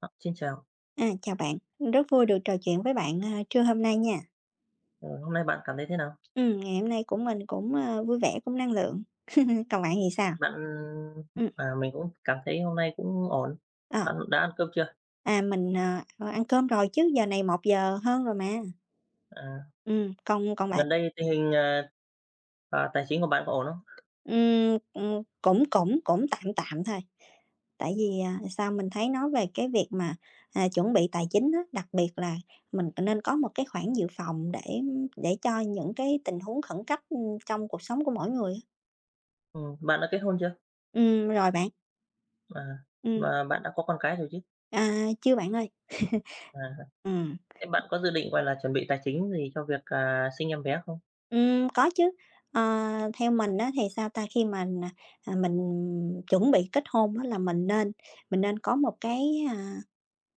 Ờ, Xin chào, Chào bạn, rất vui được trò chuyện với bạn, trưa hôm nay nha. ờ, hôm nay bạn cảm thấy thế nào? Ngày hôm nay của mình cũng, vui vẻ, cũng năng lượng. Còn bạn thì sao? Bạn Ừm. Mình cũng cảm thấy hôm nay cũng ổn. Ờ. Bạn đã ăn cơm chưa? Mình, ăn cơm rồi chứ, giờ này một giờ hơn rồi mà. À, Còn còn bạn? Gần đây tình hình, tài chính của bạn có ổn không? Cũng cũng cũng tạm tạm thôi. Tại vì, sao mình thấy nói về cái việc mà, chuẩn bị tài chính á, đặc biệt là mình nên có một cái khoản dự phòng để cho những cái tình huống khẩn cấp, trong cuộc sống của mỗi người á. Bạn đã kết hôn chưa? Rồi bạn. À, Ừm, và bạn đã có con cái rồi chứ? Chưa bạn ơi. À, Ừm, Thế bạn có dự định, gọi là, chuẩn bị tài chính gì cho việc, sinh em bé không? Có chứ. Theo mình á, thì sao ta, khi mà, mình chuẩn bị kết hôn á, là mình nên có một cái,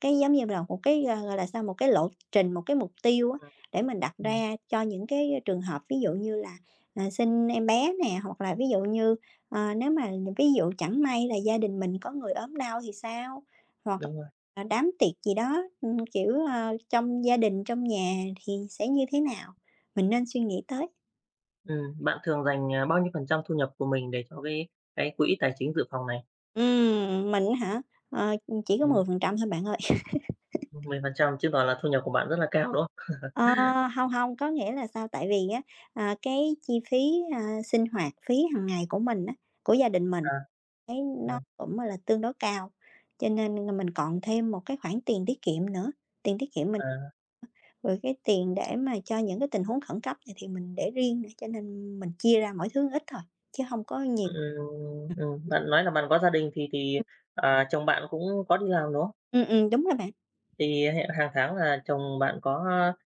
cái giống như là một cái, gọi là sao, một cái lộ trình, một cái mục tiêu á, Ừm, để mình đặt ừm, ra cho những cái trường hợp ví dụ như là, sinh em bé nè, hoặc là ví dụ như, nếu mà ví dụ chẳng may là gia đình mình có người ốm đau thì sao? Hoặc đúng rồi. là đám tiệc gì đó, kiểu, trong gia đình, trong nhà thì sẽ như thế nào? Mình nên suy nghĩ tới. Bạn thường dành, bao nhiêu phần trăm thu nhập của mình để cho cái quỹ tài chính dự phòng này? Mình hả? Ờ, chỉ có Ừm, 10% thôi bạn ơi. 10% chứng tỏ là thu nhập của bạn rất là cao, đúng không? Ờ, Không hông, có nghĩa là sao? Tại vì á, cái chi phí, sinh hoạt phí hàng ngày của mình á, của gia đình mình, À, thấy à, nó cũng là tương đối cao, cho nên là mình còn thêm một cái khoản tiền tiết kiệm nữa, tiền tiết kiệm mình à. rồi cái tiền để mà cho những cái tình huống khẩn cấp này thì mình để riêng nữa, cho nên mình chia ra mỗi thứ ít thôi, chứ không có nhiều. Bạn nói là bạn có gia đình chồng bạn cũng có đi làm, đúng không? Đúng rồi bạn. Thì hàng tháng là chồng bạn có,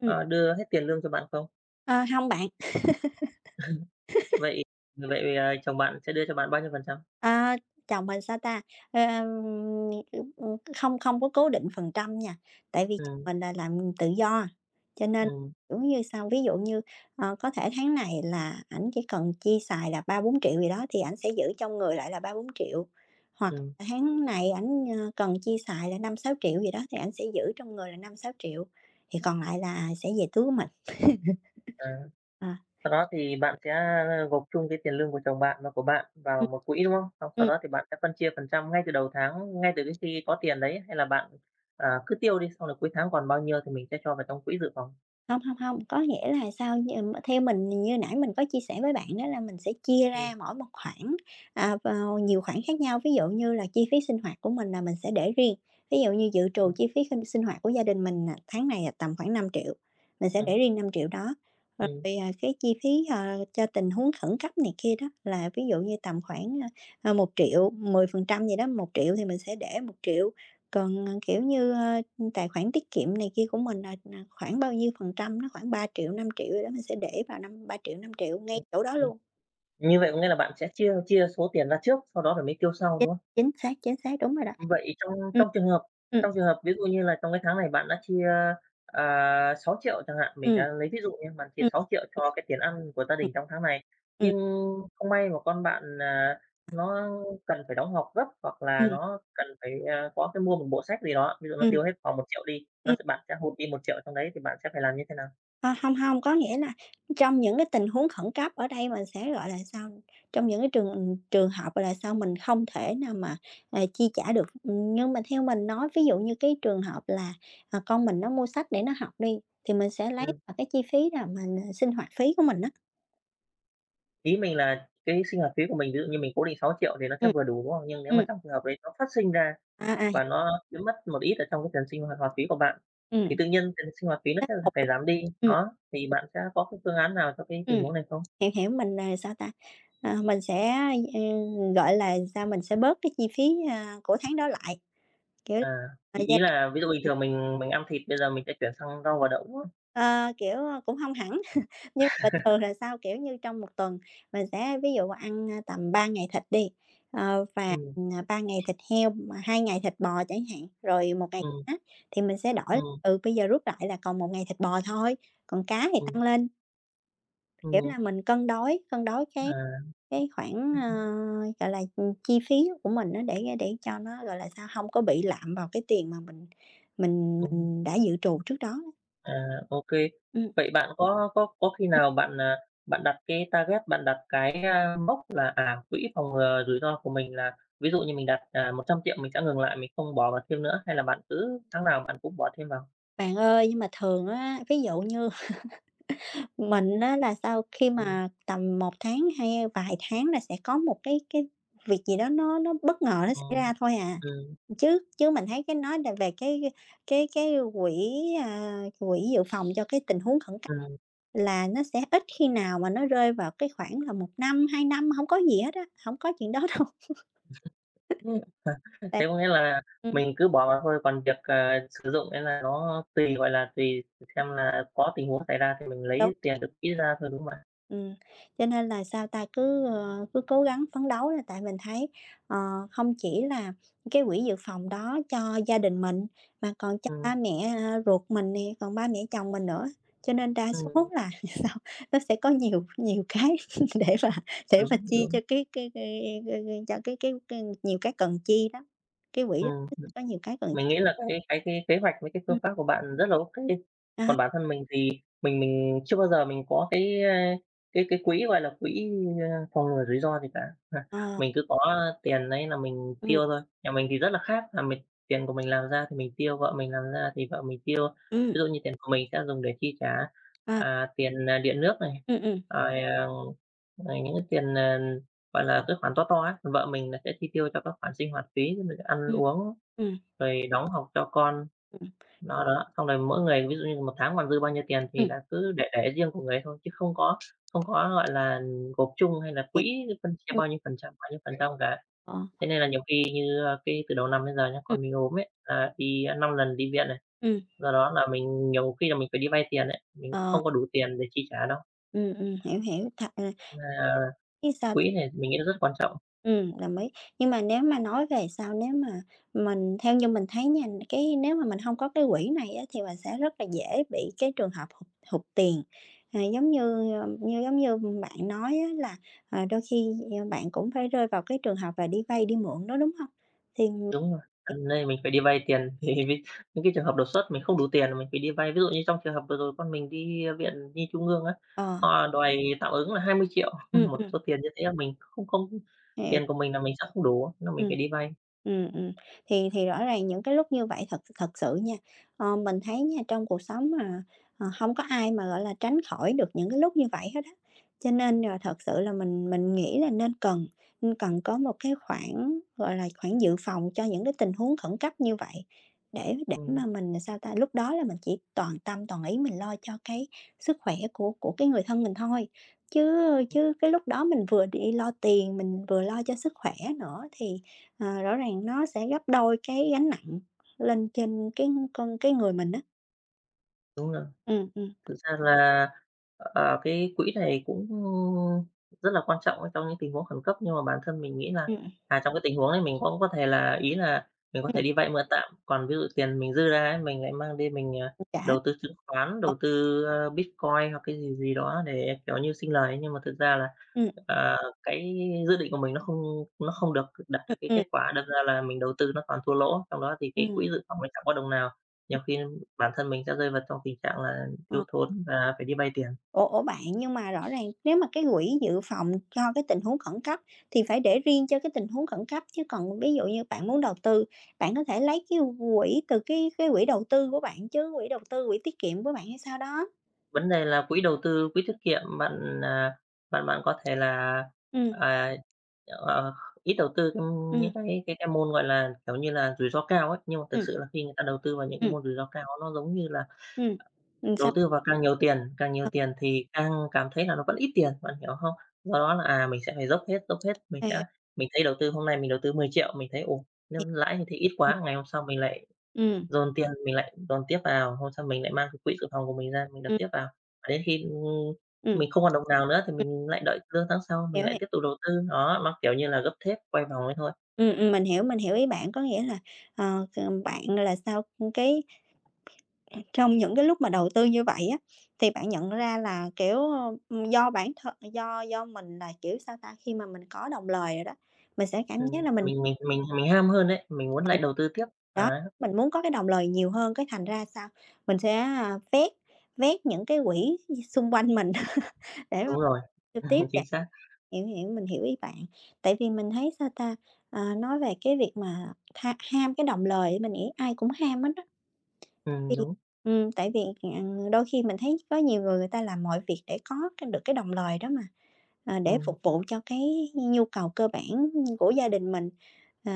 Ừm. Đưa hết tiền lương cho bạn không? Ờ, Hông bạn. Vậy vậy, ờ, chồng bạn sẽ đưa cho bạn bao nhiêu phần trăm? À, Chồng mình sao ta? Ờm, không không có cố định phần trăm nha, tại vì chồng Ừ, mình là làm tự do, cho nên, ừ, kiểu như sao, ví dụ như, có thể tháng này là ảnh chỉ cần chi xài là ba bốn triệu gì đó thì ảnh sẽ giữ trong người lại là ba bốn triệu hoặc ừ, là tháng này ảnh, cần chi xài là năm sáu triệu gì đó thì ảnh sẽ giữ trong người là năm sáu triệu thì còn lại là sẽ về túi của mình. à, À. sau đó thì bạn sẽ gộp chung cái tiền lương của chồng bạn và của bạn vào Ừ. một quỹ, đúng không? Xong sau đó thì bạn sẽ phân chia phần trăm ngay từ đầu tháng, ngay từ cái khi có tiền đấy, hay là bạn, cứ tiêu đi, xong rồi cuối tháng còn bao nhiêu thì mình sẽ cho vào trong quỹ dự phòng? Không, không, không, có nghĩa là sao? Theo mình như nãy mình có chia sẻ với bạn đó là mình sẽ chia Ừ, ra mỗi một khoản, vào nhiều khoản khác nhau. Ví dụ như là chi phí sinh hoạt của mình là mình sẽ để riêng, ví dụ như dự ừ, trù chi phí sinh sinh hoạt của gia đình mình, tháng này là tầm khoảng 5.000.000 mình sẽ ừ. để riêng 5.000.000 đó. Rồi, ừm, cái chi phí, cho tình huống khẩn cấp này kia đó là ví dụ như tầm khoảng, 1.000.000, 10% gì đó, 1.000.000 thì mình sẽ để một triệu. Còn, kiểu như, tài khoản tiết kiệm này kia của mình là khoảng bao nhiêu phần trăm, nó khoảng 3.000.000 5.000.000 gì đó, mình sẽ để vào năm 3.000.000 5.000.000 ngay chỗ đó luôn. Như vậy có nghĩa là bạn sẽ chia chia số tiền ra trước, sau đó rồi mới tiêu sau, Chính đúng không? Chính xác, đúng rồi đó. Vậy trong Ừm. Ừm, trong trường hợp ví dụ như là trong cái tháng này bạn đã chia, 6.000 chẳng hạn, mình ừm. đã lấy ví dụ nha, bạn chia Ừm. 6 triệu cho cái tiền ăn của gia Ừm. đình trong tháng này, Ừm. nhưng không may mà con bạn, nó cần phải đóng học gấp hoặc là Ừm, ừm. nó cần phải, có cái mua một bộ sách gì đó, ví dụ nó Ừm. tiêu hết khoảng 1 triệu đi, nó sẽ bạn sẽ hụt đi 1 triệu trong đấy thì bạn sẽ phải làm như thế nào? Ờ, Không hông, có nghĩa là trong những cái tình huống khẩn cấp ở đây mình sẽ, gọi là, sao, trong những cái trường hợp, là, sao, mình không thể nào mà, chi trả được. Nhưng mà theo mình nói, ví dụ như cái trường hợp là, con mình nó mua sách để nó học đi, thì mình sẽ lấy Ừ. vào cái chi phí là mình, sinh hoạt phí của mình đó. Ý mình là cái sinh hoạt phí của mình ví dụ như mình cố định 6 triệu thì nó sẽ Ừ, vừa đủ, đúng không? Nhưng nếu mà ừ. trong trường hợp đấy nó phát sinh ra À, à. và nó chiếm mất một ít ở trong cái tiền sinh hoạt hoạt phí của bạn, Ừm, thì ừm. tự nhiên tiền sinh hoạt phí nó sẽ phải giảm đi. Đó, thì Ừm. bạn sẽ có cái phương án nào cho cái tình Ừm. huống này không? Hiểu, hiểu, mình, là sao ta, mình sẽ, ờ, gọi là, sao, mình sẽ bớt cái chi phí, của tháng đó lại, kiểu, À, ý thời ý gian. là ví dụ bình ừm, thường mình ăn thịt, bây giờ mình sẽ chuyển sang rau và đậu á. ờ, Kiểu, cũng hông hẳn, nhưng bình thường là sao, kiểu như, trong một tuần mình sẽ ví dụ ăn, tầm 3 ngày thịt đi, và, Ừm, ngày thịt heo, mà 2 ngày thịt bò chẳng hạn, rồi một ngày ừm, cá, thì mình sẽ đổi ừm, bây giờ rút lại là còn một ngày thịt bò thôi, còn cá thì ừm, tăng lên, kiểu ừm, là, mình cân đối cái à. Cái khoản, Ừm, ờ, gọi là, chi phí của mình á, để cho nó, gọi là sao, không có bị lạm vào cái tiền mà mình mình ừm. mình đã dự trù trước đó á. À, ô Vậy bạn có khi nào bạn, bạn đặt cái target, bạn đặt cái, mốc là, quỹ phòng ngừa rủi ro của mình là ví dụ như mình đặt, 100.000.000 mình sẽ ngừng lại, mình không bỏ vào thêm nữa, hay là bạn cứ tháng nào bạn cũng bỏ thêm vào? Bạn ơi, nhưng mà thường á, ví dụ như mình á là sau khi Ừm, mà tầm một tháng hay vài tháng là sẽ có một cái việc gì đó nó bất ngờ nó xảy ừm, ra thôi à. ừm, Chứ chứ mình thấy cái nói về cái quỹ, quỹ dự phòng cho cái tình huống khẩn cấp ừm. là nó sẽ ít khi nào mà nó rơi vào cái khoảng là một năm, 2 năm, không có gì hết á, không có chuyện đó đâu. Ừm. Tại Thế có nghĩa là ừm, mình cứ bỏ vào thôi, còn việc, sử dụng ấy là nó tùy, gọi là, tùy xem là có tình huống xảy ra thì mình đúng. lấy tiền được quỹ ra thôi, đúng không ạ? Ừm, cho nên là sao ta, cứ cố gắng phấn đấu là tại mình thấy, ờ, không chỉ là cái quỹ dự phòng đó cho gia đình mình, mà còn cho ba Ừm, mẹ, ruột mình nè, còn ba mẹ chồng mình nữa, cho nên đa số ừm, là sao nó sẽ có nhiều nhiều cái để mà đúng, chi cho đúng, cho cái nhiều cái cần chi đó, cái quỹ đó ừm. nó sẽ có nhiều cái cần. Mình nghĩ là cái kế hoạch với cái Ừm. phương pháp của bạn rất là ô kê. Đó. Còn bản thân mình thì mình chưa bao giờ mình có cái, cái quỹ, gọi là, quỹ, phòng ngừa rủi ro gì cả. Ha, Ờ. mình cứ có tiền đấy là mình Ừm. tiêu thôi. Nhà mình thì rất là khác, là mình tiền của mình làm ra thì mình tiêu, vợ mình làm ra thì vợ mình tiêu. Ừm. Ví dụ như tiền của mình sẽ dùng để chi trả, À. Tiền, điện nước này, Ừm. Ừm. rồi, à, rồi những cái tiền, gọi là, cái khoản to to á, còn vợ mình là sẽ chi tiêu cho các khoản sinh hoạt phí, rồi ăn Ừm. uống Ừm. rồi đóng học cho con, Ừm. đó, đó. Xong rồi mỗi người ví dụ như một tháng còn dư bao nhiêu tiền thì Ừm. là cứ để riêng của người ấy thôi, chứ không có, gọi là, gộp chung hay là Hiểu. quỹ phân chia Ừm. bao nhiêu phần trăm, bao nhiêu phần trăm cả. Ờ. Thế nên là nhiều khi như, cái từ đầu năm đến giờ nhá, con mình ốm ấy, là đi, 5 lần đi viện này, Ừm, do đó là mình nhiều khi là mình phải đi vay tiền ấy, mình ờ, không có đủ tiền để chi trả đâu. ừ, ừ, hiểu, hiểu, thật à, Nên là biết sao ta? quỹ này mình nghĩ là rất quan trọng. Đồng ý. Nhưng mà nếu mà nói về sau nếu mà mình theo như mình thấy nha, cái nếu mà mình không có cái quỹ này á, thì mình sẽ rất là dễ bị cái trường hợp hụt hụt tiền. Giống như, như giống như bạn nói á là, đôi khi, bạn cũng phải rơi vào cái trường hợp và đi vay đi mượn đó, đúng không? Thì Đúng rồi, nên mình phải đi vay tiền thì mới những cái trường hợp đột xuất mình không đủ tiền là mình phải đi vay. Ví dụ như trong trường hợp vừa rồi con mình đi, viện nhi trung ương á, ờ, họ đòi tạm ứng là 20 triệu ừ, một số tiền như thế là mình không không hiểu. tiền của mình là mình sẽ không đủ, nên mình Ừ, phải đi vay. ừ, ừ. Thì rõ ràng những cái lúc như vậy thật thật sự nha, mình thấy nha, trong cuộc sống mà, hông có ai mà, gọi là, tránh khỏi được những cái lúc như vậy hết á. Cho Ừm, nên là thật sự là mình nghĩ là nên cần có một cái khoản, gọi là, khoản dự phòng cho những cái tình huống khẩn cấp như vậy, để ừm, mà mình, sao ta, lúc đó là mình chỉ toàn tâm toàn ý mình lo cho cái sức khỏe của cái người thân mình thôi. Chứ chứ cái lúc đó mình vừa đi lo tiền, mình vừa lo cho sức khỏe nữa thì rõ ràng nó sẽ gấp đôi cái gánh nặng lên trên cái con cái người mình á. đúng rồi. Ừm. Ừm. Thực ra là, cái quỹ này cũng rất là quan trọng trong những tình huống khẩn cấp, nhưng mà bản thân mình nghĩ là, Ừm. Trong cái tình huống đấy mình cũng có thể là ý là mình có Ừm. thể đi vay mượn tạm, còn ví dụ tiền mình dư ra ấy, mình lại mang đi mình, Ừm, trả. đầu tư chứng khoán, Ờ. đầu tư, Bitcoin hoặc cái gì gì đó để, kiểu như, sinh lời ấy. Nhưng mà thực ra là, Ừm. ờ, cái dự định của mình nó không được đạt Ừm. được cái Ừm. kết quả, đâm ra là mình đầu tư nó toàn thua lỗ, trong đó thì cái Ừm. quỹ dự phòng ấy chẳng có đồng nào. Ừm. Nhiều khi bản thân mình sẽ rơi vào trong tình trạng là Ờ. thiếu thốn và phải đi vay tiền. Ủa, ủa, bạn, nhưng mà rõ ràng nếu mà cái quỹ dự phòng cho cái tình huống khẩn cấp thì phải để riêng cho cái tình huống khẩn cấp, chứ còn ví dụ như bạn muốn đầu tư, bạn có thể lấy cái quỹ từ cái quỹ đầu tư của bạn chứ, quỹ đầu tư, quỹ tiết kiệm của bạn hay sao đó. Vấn đề là quỹ đầu tư, quỹ tiết kiệm bạn, bạn có thể là, Ừm. à, ờ, ít đầu tư, những Ừm. cái môn, gọi là, kiểu như là, rủi ro cao ấy. Nhưng mà thực Ừm. sự là khi người ta đầu tư vào những cái Ừm. môn rủi ro cao nó giống như là Ừm. Ừm. đầu Sao? tư vào càng nhiều Ờ, tiền thì càng cảm thấy là nó vẫn ít tiền, bạn hiểu không? Do đó là, mình sẽ phải dốc hết, Hiểu, mình thấy đầu tư hôm nay mình đầu tư 10 triệu, mình thấy, ồ, nếu hiểu. lãi như thế ít Ừm. quá, ngày hôm sau mình lại Ừm. dồn tiền mình lại dồn tiếp vào, hôm sau mình lại mang cái quỹ dự phòng của mình ra mình đập Ừm. tiếp vào. Và đến khi, Ừm. mình không còn đồng nào nữa thì Ừm, mình lại đợi lương tháng sau mình Hiểu, lại hiểu. tiếp tục đầu tư, đó, nó, kiểu như là, gấp thép quay vòng ấy thôi. Mình hiểu, mình hiểu ý bạn. Có nghĩa là, bạn là sao, cái trong những cái lúc mà đầu tư như vậy á, thì bạn nhận ra là, kiểu, do bản thân do mình là, kiểu, sao ta, khi mà mình có đồng lời rồi đó, mình sẽ cảm Ừm, giác là mình. mình ham hơn đấy, mình muốn Ờ, lại đầu tư tiếp, đó, đấy, mình muốn có cái đồng lời nhiều hơn, cái thành ra sao? Mình sẽ, vét vét những cái quỹ xung quanh mình để mà đúng rồi, giao tiếp để chính xác, hiểu, hiểu, mình hiểu ý bạn. Tại vì mình thấy, sao ta, nói về cái việc mà ham cái đồng lời, mình nghĩ ai cũng ham hết đó vì đúng, tại vì, à, đôi khi mình thấy có nhiều người người ta làm mọi việc để có cái được cái đồng lời đó mà, để ừm, phục vụ cho cái nhu cầu cơ bản của gia đình mình. Ờ,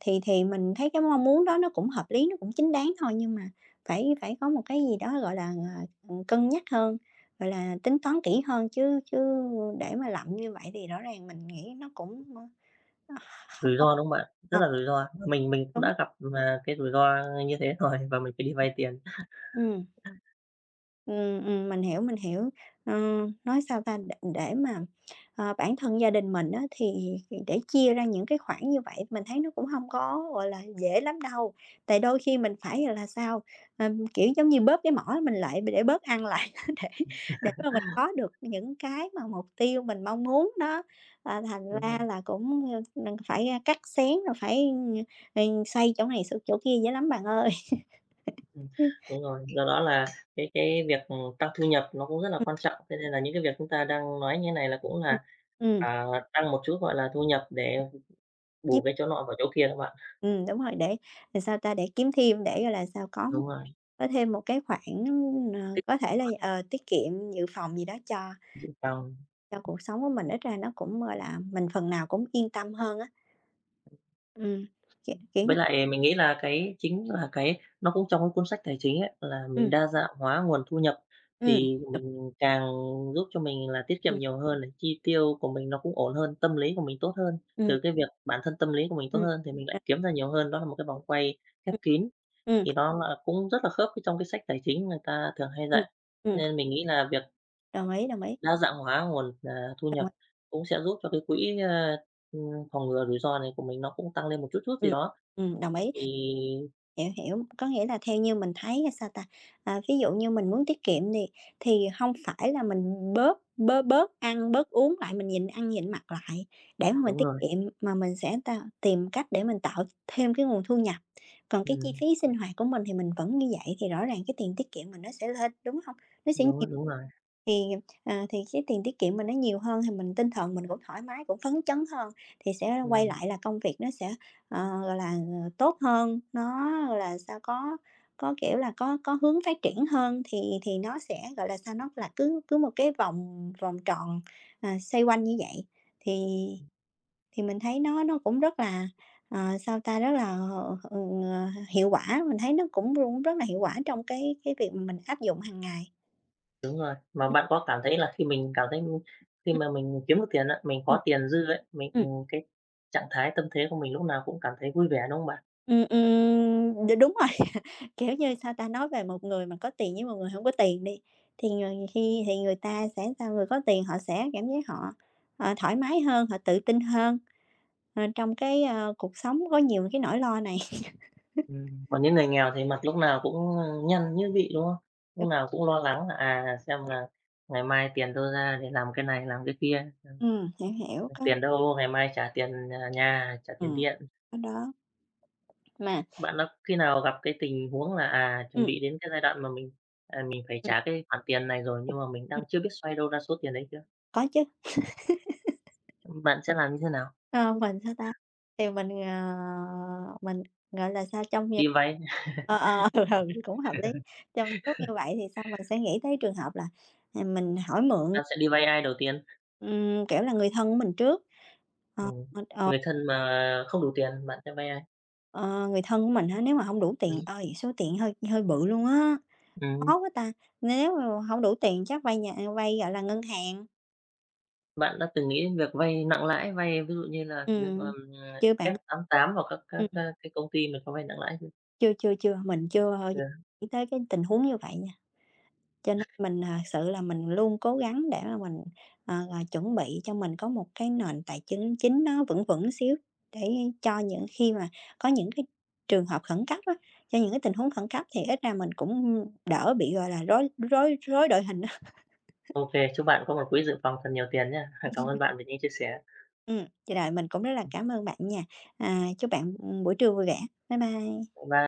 thì mình thấy cái mong muốn đó nó cũng hợp lý, nó cũng chính đáng thôi, nhưng mà phải phải có một cái gì đó, gọi là, cân nhắc hơn, gọi là, tính toán kỹ hơn, chứ chứ để mà lậm như vậy thì rõ ràng mình nghĩ nó cũng, không rủi không ro, đúng không bạn? Rất ờ, là rủi ro, mình cũng đúng. đã gặp, cái rủi ro như thế rồi và mình phải đi vay tiền, Ừ. Mình hiểu, mình hiểu. Ờ, nói sao ta, để mà, bản thân gia đình mình á, thì để chia ra những cái khoản như vậy mình thấy nó cũng không có, gọi là, dễ lắm đâu. Tại đôi khi mình phải, là, sao, kiểu, giống như, bóp cái mỏ mình lại để bớt ăn lại để mà mình có được những cái mà mục tiêu mình mong muốn đó. À, thành đúng ra rồi. là cũng, phải, cắt xén rồi phải, xoay chỗ này xược chỗ kia dễ lắm bạn ơi. Ừm, đúng rồi, do đó là cái việc, tăng thu nhập nó cũng rất là Ừm, quan trọng, thế nên là những cái việc chúng ta đang nói như này là cũng ừm, là, ừm, à, tăng một chút, gọi là, thu nhập để bù chiếm cái chỗ nọ vào chỗ kia đó bạn. ừ đúng rồi, để làm sao ta, để kiếm thêm, để, gọi là sao, Đúng rồi, có thêm một cái khoản, tích có thể là, tiết kiệm, dự phòng gì đó dự phòng. cho cuộc sống của mình, ít ra nó cũng, gọi là, mình phần nào cũng yên tâm hơn á. Ừ. Kiểu kiểu như Với lại mình nghĩ là cái chính là cái nó cũng trong cái cuốn sách tài chính ấy, là mình ừm, đa dạng hóa nguồn thu nhập ừm, thì đ mình càng giúp cho mình là tiết kiệm ừm, nhiều hơn này, chi tiêu của mình nó cũng ổn hơn, tâm lý của mình tốt hơn. ừm, Từ cái việc bản thân tâm lý của mình tốt ừm, hơn thì mình đ lại kiếm ra nhiều hơn, đó là một cái vòng quay khép ừm, kín. ừm, Thì nó là cũng rất là khớp với trong cái sách tài chính người ta thường hay ừm, dạy. Cho ừm, nên mình nghĩ là việc đồng ý, đồng ý, đa dạng hóa nguồn, thu đồng ý. nhập cũng sẽ giúp cho cái quỹ, ừm, phòng ngừa rủi ro này của mình nó cũng tăng lên một chút chút gì Ừ. đó. Đồng ý. Thì Hiểu, hiểu. Có nghĩa là theo như mình thấy là, sao ta, à, ví dụ như mình muốn tiết kiệm thì không phải là mình bớt bớt bớt ăn, bớt uống lại, mình nhịn ăn nhịn mặc lại để mà mình đúng tiết rồi, kiệm, mà mình sẽ ta tìm cách để mình tạo thêm cái nguồn thu nhập. Còn cái chi ừm, phí sinh hoạt của mình thì mình vẫn như vậy, thì rõ ràng cái tiền tiết kiệm mình nó sẽ lên, đúng không? Nó sẽ đúng, nhiều đúng rồi, thì, à, thì cái tiền tiết kiệm mình nó nhiều hơn thì mình tinh thần mình cũng thoải mái, cũng phấn chấn hơn, thì sẽ quay ừm. lại là công việc nó sẽ, gọi là, tốt hơn, nó, gọi là, sao, có, kiểu là, có hướng phát triển hơn thì nó sẽ, gọi là, sao, nó là cứ cứ một cái vòng vòng tròn, à, xoay quanh như vậy. Thì thì mình thấy nó cũng rất là, sao ta, rất là, ờ, ừ, hiệu quả, mình thấy nó cũng cũng rất là hiệu quả trong cái việc mà mình áp dụng hàng ngày. Mà bạn có cảm thấy là khi Ừm. mà mình kiếm được tiền á, mình Ừm, có tiền dư ấy, mình, ừm. cái trạng thái tâm thế của mình lúc nào cũng cảm thấy vui vẻ, đúng không bạn? Đúng rồi, kiểu như, sao ta, nói về một người mà có tiền với một người hổng có tiền đi, thì người khi thì người ta sẽ sao, người có tiền họ sẽ cảm giác họ, thoải mái hơn, họ tự tin hơn, trong cái, cuộc sống có nhiều cái nỗi lo này. Còn những người nghèo thì mặt lúc nào cũng, nhăn nhức vị, đúng không? Lúc nào cũng lo lắng là, xem là ngày mai tiền đâu ra để làm cái này, làm cái kia, Hiểu, hiểu, tiền đâu ngày mai trả tiền, nhà, trả tiền ừm, điện. có đó, mà Bạn đã khi nào gặp cái tình huống là, chuẩn ừm, bị đến cái giai đoạn mà mình phải ừm, trả cái khoản tiền này rồi nhưng mà mình đang ừm, chưa biết xoay đâu ra số tiền đấy chưa? có chứ. Bạn sẽ làm như thế nào? Ờ, mình sao ta? Thì mình, mình, gọi là sao, trong những Đi vay, ờ, ờ, ừ, ừ, cũng hợp lý. Trong những lúc như vậy thì sao mình sẽ nghĩ tới trường hợp là, à, mình hỏi mượn, bạn sẽ đi vay ai đầu tiên? Kiểu là, người thân của mình trước. Ờ, Ừm, ờ, Người thân mà không đủ tiền bạn sẽ vay ai? ờ, người thân của mình á, nếu mà không đủ tiền Ừm, ơi, số tiền hơi hơi bự luôn á, ừm. khó quá ta, nếu mà hổng đủ tiền chắc vay nhà vay, gọi là, ngân hàng. Bạn đã từng nghĩ đến việc vay nặng lãi, vay ví dụ như là, việc, Ừm, chưa bạn F88 hoặc các, ừm, cái công ty mà có vay nặng lãi chưa? chưa, chưa, chưa, mình chưa bao giờ Chưa. nghĩ tới cái tình huống như vậy nha. Cho nên mình, à, sự là mình luôn cố gắng để mà mình, chuẩn bị cho mình có một cái nền tài chính chính nó vững vững xíu, để cho những khi mà có những cái trường hợp khẩn cấp á, cho những cái tình huống khẩn cấp thì ít ra mình cũng, đỡ bị, gọi là, rối rối rối đội hình á. Ô kê, chúc bạn có một quỹ dự phòng thật nhiều tiền nhá. Cảm ơn bạn về những chia sẻ. Ừ, vậy rồi mình cũng rất là cảm ơn bạn nha. À, chúc bạn, buổi trưa vui vẻ. Bye bye. Bye.